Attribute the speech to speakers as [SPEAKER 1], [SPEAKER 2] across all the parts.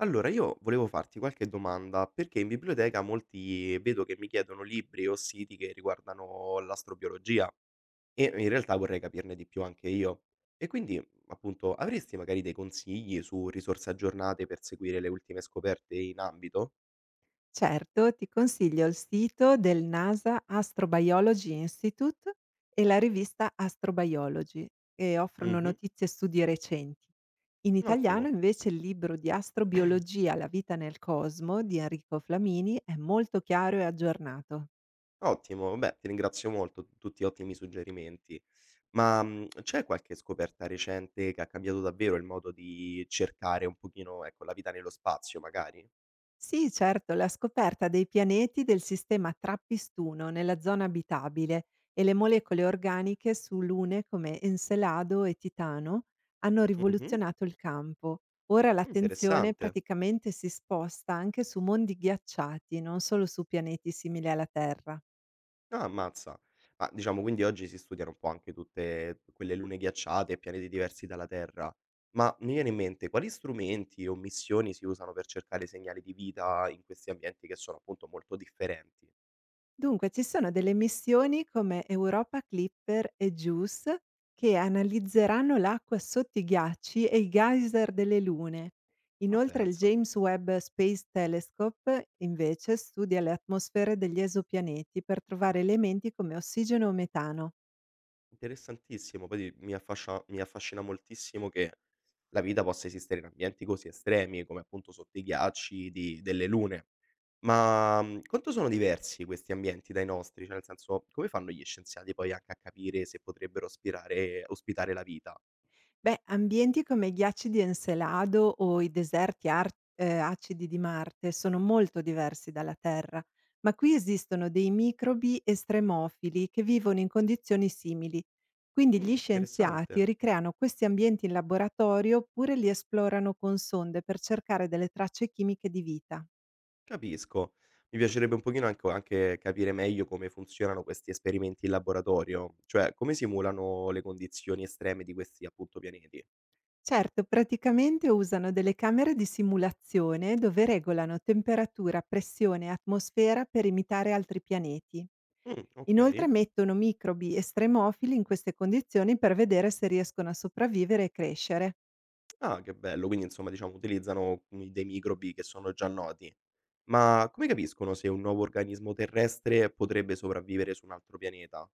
[SPEAKER 1] Allora, io volevo farti qualche domanda, perché in biblioteca molti vedo che mi chiedono libri o siti che riguardano l'astrobiologia e in realtà vorrei capirne di più anche io. E quindi, appunto, avresti magari dei consigli su risorse aggiornate per seguire le ultime scoperte in ambito?
[SPEAKER 2] Certo, ti consiglio il sito del NASA Astrobiology Institute e la rivista Astrobiology, che offrono
[SPEAKER 1] Mhm.
[SPEAKER 2] notizie e studi recenti. In italiano
[SPEAKER 1] Ottimo,
[SPEAKER 2] invece il libro di Astrobiologia, la vita nel cosmo di Enrico Flamini è molto chiaro e aggiornato.
[SPEAKER 1] ottimo. Beh, ti ringrazio molto, tutti ottimi suggerimenti. Ma c'è qualche scoperta recente che ha cambiato davvero il modo di cercare un pochino, ecco, la vita nello spazio, magari?
[SPEAKER 2] Sì, certo, la scoperta dei pianeti del sistema Trappistuno nella zona abitabile e le molecole organiche su lune come Encelado e Titano hanno
[SPEAKER 1] Mhm.
[SPEAKER 2] rivoluzionato il campo. Ora l'attenzione
[SPEAKER 1] Interessante.
[SPEAKER 2] praticamente si sposta anche su mondi ghiacciati, non solo su pianeti simili alla Terra.
[SPEAKER 1] Ah, ammazza. Ma diciamo quindi oggi si studiano un po' anche tutte quelle lune ghiacciate e pianeti diversi dalla Terra. Ma mi viene in mente quali strumenti o missioni si usano per cercare segnali di vita in questi ambienti che sono appunto molto differenti?
[SPEAKER 2] Dunque, ci sono delle missioni come Europa Clipper e JUICE che analizzeranno l'acqua sotto i ghiacci e i geyser delle lune.
[SPEAKER 1] Ma
[SPEAKER 2] Inoltre il
[SPEAKER 1] pensa,
[SPEAKER 2] James Webb Space Telescope invece studia le atmosfere degli esopianeti per trovare elementi come ossigeno o metano.
[SPEAKER 1] interessantissimo. Poi mi affascina moltissimo che la vita possa esistere in ambienti così estremi come appunto sotto i ghiacci delle lune. Ma, quanto sono diversi questi ambienti dai nostri? Cioè, nel senso, come fanno gli scienziati poi anche a capire se potrebbero ospirare ospitare la vita?
[SPEAKER 2] Beh, ambienti come i ghiacci di Encelado o i deserti acidi di Marte sono molto diversi dalla Terra, ma qui esistono dei microbi estremofili che vivono in condizioni simili. Quindi gli scienziati
[SPEAKER 1] Interessante,
[SPEAKER 2] ricreano questi ambienti in laboratorio oppure li esplorano con sonde per cercare delle tracce chimiche di vita.
[SPEAKER 1] capisco. Mi piacerebbe un pochino anco anche capire meglio come funzionano questi esperimenti in laboratorio, cioè come simulano le condizioni estreme di questi, appunto, pianeti.
[SPEAKER 2] Certo, praticamente usano delle camere di simulazione dove regolano temperatura, pressione e atmosfera per imitare altri pianeti. Inoltre
[SPEAKER 1] Okay.
[SPEAKER 2] mettono microbi estremofili in queste condizioni per vedere se riescono a sopravvivere e crescere.
[SPEAKER 1] Ah, che bello, quindi insomma, diciamo, utilizzano, dei microbi che sono già noti. Ma come capiscono se un nuovo organismo terrestre potrebbe sopravvivere su un altro pianeta?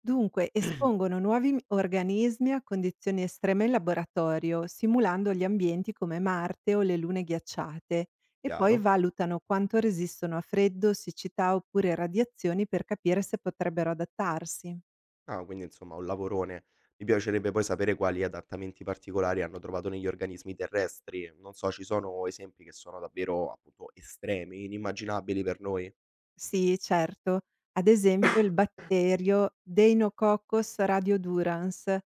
[SPEAKER 2] Dunque, espongono nuovi organismi a condizioni estreme in laboratorio, simulando gli ambienti come Marte o le lune ghiacciate, e poi
[SPEAKER 1] Chiaro.
[SPEAKER 2] valutano quanto resistono a freddo, siccità oppure radiazioni per capire se potrebbero adattarsi.
[SPEAKER 1] Ah, quindi insomma un lavorone. Mi piacerebbe poi sapere quali adattamenti particolari hanno trovato negli organismi terrestri. Non so, ci sono esempi che sono davvero appunto estremi, inimmaginabili per noi.
[SPEAKER 2] Sì, certo, ad esempio il batterio Deinococcus radiodurans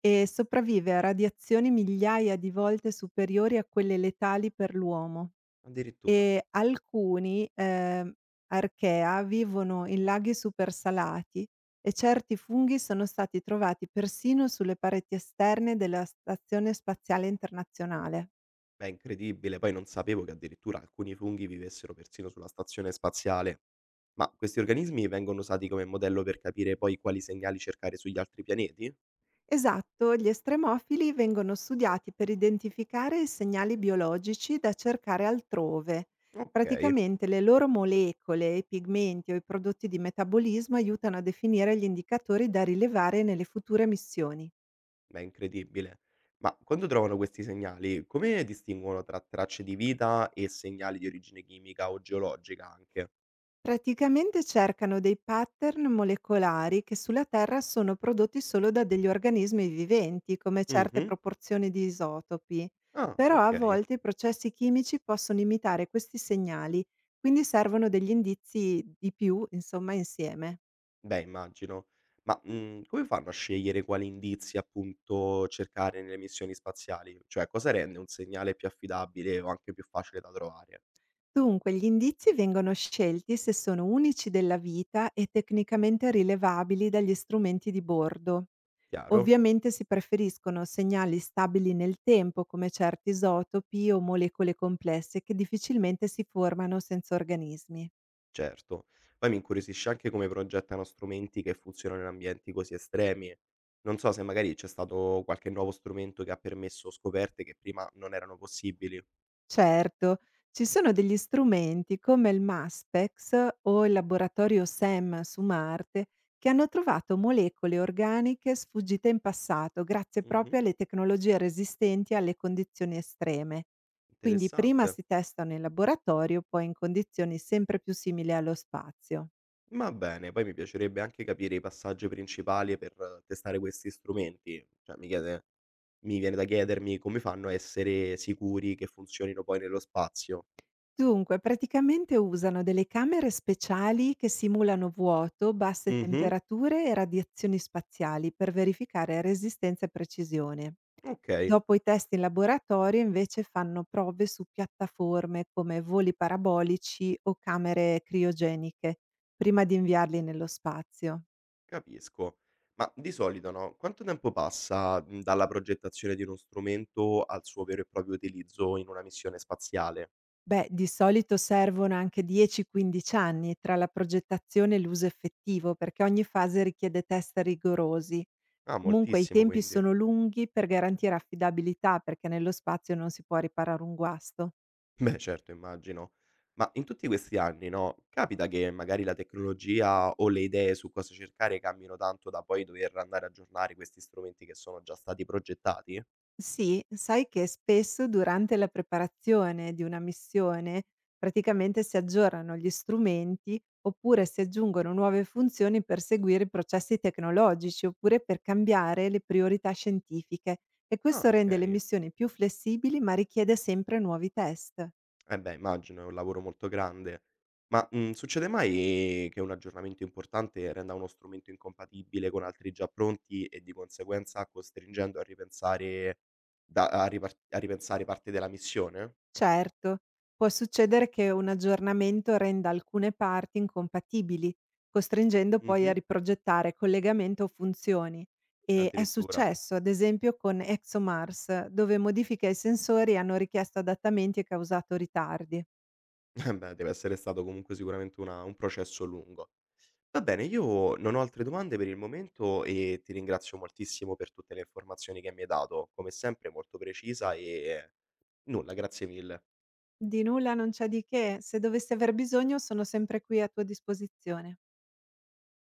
[SPEAKER 2] e sopravvive a radiazioni migliaia di volte superiori a quelle letali per l'uomo.
[SPEAKER 1] Addirittura.
[SPEAKER 2] Alcuni, archea, vivono in laghi supersalati e certi funghi sono stati trovati persino sulle pareti esterne della Stazione Spaziale Internazionale.
[SPEAKER 1] Beh, incredibile. Poi non sapevo che addirittura alcuni funghi vivessero persino sulla stazione spaziale. Ma questi organismi vengono usati come modello per capire poi quali segnali cercare sugli altri pianeti?
[SPEAKER 2] Esatto, gli estremofili vengono studiati per identificare i segnali biologici da cercare altrove.
[SPEAKER 1] Ok.
[SPEAKER 2] Praticamente le loro molecole, i pigmenti o i prodotti di metabolismo aiutano a definire gli indicatori da rilevare nelle future missioni.
[SPEAKER 1] Beh, incredibile. Ma quando trovano questi segnali, come distinguono tra tracce di vita e segnali di origine chimica o geologica anche?
[SPEAKER 2] Praticamente cercano dei pattern molecolari che sulla Terra sono prodotti solo da degli organismi viventi, come certe
[SPEAKER 1] Mh-mh.
[SPEAKER 2] proporzioni di isotopi,
[SPEAKER 1] Ah,
[SPEAKER 2] però a
[SPEAKER 1] okay.
[SPEAKER 2] volte i processi chimici possono imitare questi segnali, quindi servono degli indizi di più, insomma, insieme.
[SPEAKER 1] Beh, immagino. Ma, come fanno a scegliere quali indizi, appunto, cercare nelle missioni spaziali? Cioè, cosa rende un segnale più affidabile o anche più facile da trovare?
[SPEAKER 2] Dunque, gli indizi vengono scelti se sono unici della vita e tecnicamente rilevabili dagli strumenti di bordo.
[SPEAKER 1] Chiaro?
[SPEAKER 2] Ovviamente si preferiscono segnali stabili nel tempo come certi isotopi o molecole complesse che difficilmente si formano senza organismi.
[SPEAKER 1] Certo. Poi mi incuriosisce anche come progettano strumenti che funzionano in ambienti così estremi. Non so se magari c'è stato qualche nuovo strumento che ha permesso scoperte che prima non erano possibili.
[SPEAKER 2] Certo, ci sono degli strumenti come il MASPEX o il laboratorio SEM su Marte che hanno trovato molecole organiche sfuggite in passato grazie
[SPEAKER 1] Mh-mh.
[SPEAKER 2] proprio alle tecnologie resistenti alle condizioni estreme. Quindi prima
[SPEAKER 1] Interessante.
[SPEAKER 2] si testano in laboratorio, poi in condizioni sempre più simili allo spazio.
[SPEAKER 1] Va bene, poi mi piacerebbe anche capire i passaggi principali per testare questi strumenti. Mi viene da chiedermi come fanno a essere sicuri che funzionino poi nello spazio.
[SPEAKER 2] Dunque, praticamente usano delle camere speciali che simulano vuoto, basse
[SPEAKER 1] Mh-mh.
[SPEAKER 2] temperature e radiazioni spaziali per verificare resistenza e precisione.
[SPEAKER 1] Okay.
[SPEAKER 2] Dopo i test in laboratorio invece fanno prove su piattaforme come voli parabolici o camere criogeniche, prima di inviarli nello spazio.
[SPEAKER 1] Capisco. Ma di solito, no, quanto tempo passa, dalla progettazione di uno strumento al suo vero e proprio utilizzo in una missione spaziale?
[SPEAKER 2] Beh, di solito servono anche 10-15 anni tra la progettazione e l'uso effettivo, perché ogni fase richiede test rigorosi.
[SPEAKER 1] Ah,
[SPEAKER 2] Comunque i
[SPEAKER 1] moltissimo
[SPEAKER 2] tempi
[SPEAKER 1] quindi.
[SPEAKER 2] sono lunghi per garantire affidabilità perché nello spazio non si può riparare un guasto.
[SPEAKER 1] Beh, certo, immagino. Ma in tutti questi anni, no, capita che magari la tecnologia o le idee su cosa cercare cambino tanto da poi dover andare a aggiornare questi strumenti che sono già stati progettati?
[SPEAKER 2] Sì, sai che spesso durante la preparazione di una missione praticamente si aggiornano gli strumenti oppure si aggiungono nuove funzioni per seguire i processi tecnologici oppure per cambiare le priorità scientifiche e
[SPEAKER 1] Ah,
[SPEAKER 2] questo rende le
[SPEAKER 1] okay.
[SPEAKER 2] missioni più flessibili ma richiede sempre nuovi test.
[SPEAKER 1] Eh beh, immagino, è un lavoro molto grande. Ma, succede mai che un aggiornamento importante renda uno strumento incompatibile con altri già pronti e di conseguenza costringendo a ripensare da a ripensare parte della missione?
[SPEAKER 2] Certo, può succedere che un aggiornamento renda alcune parti incompatibili, costringendo poi a
[SPEAKER 1] Mh-mh,
[SPEAKER 2] riprogettare collegamento o funzioni. E è
[SPEAKER 1] addirittura.
[SPEAKER 2] successo, ad esempio, con ExoMars, dove modifiche ai sensori hanno richiesto adattamenti e causato ritardi.
[SPEAKER 1] Eh beh, deve essere stato comunque sicuramente una un processo lungo. Va bene, io non ho altre domande per il momento e ti ringrazio moltissimo per tutte le informazioni che mi hai dato, come sempre molto precisa e nulla, grazie mille.
[SPEAKER 2] Di nulla, non c'è di che, se dovessi aver bisogno sono sempre qui a tua disposizione.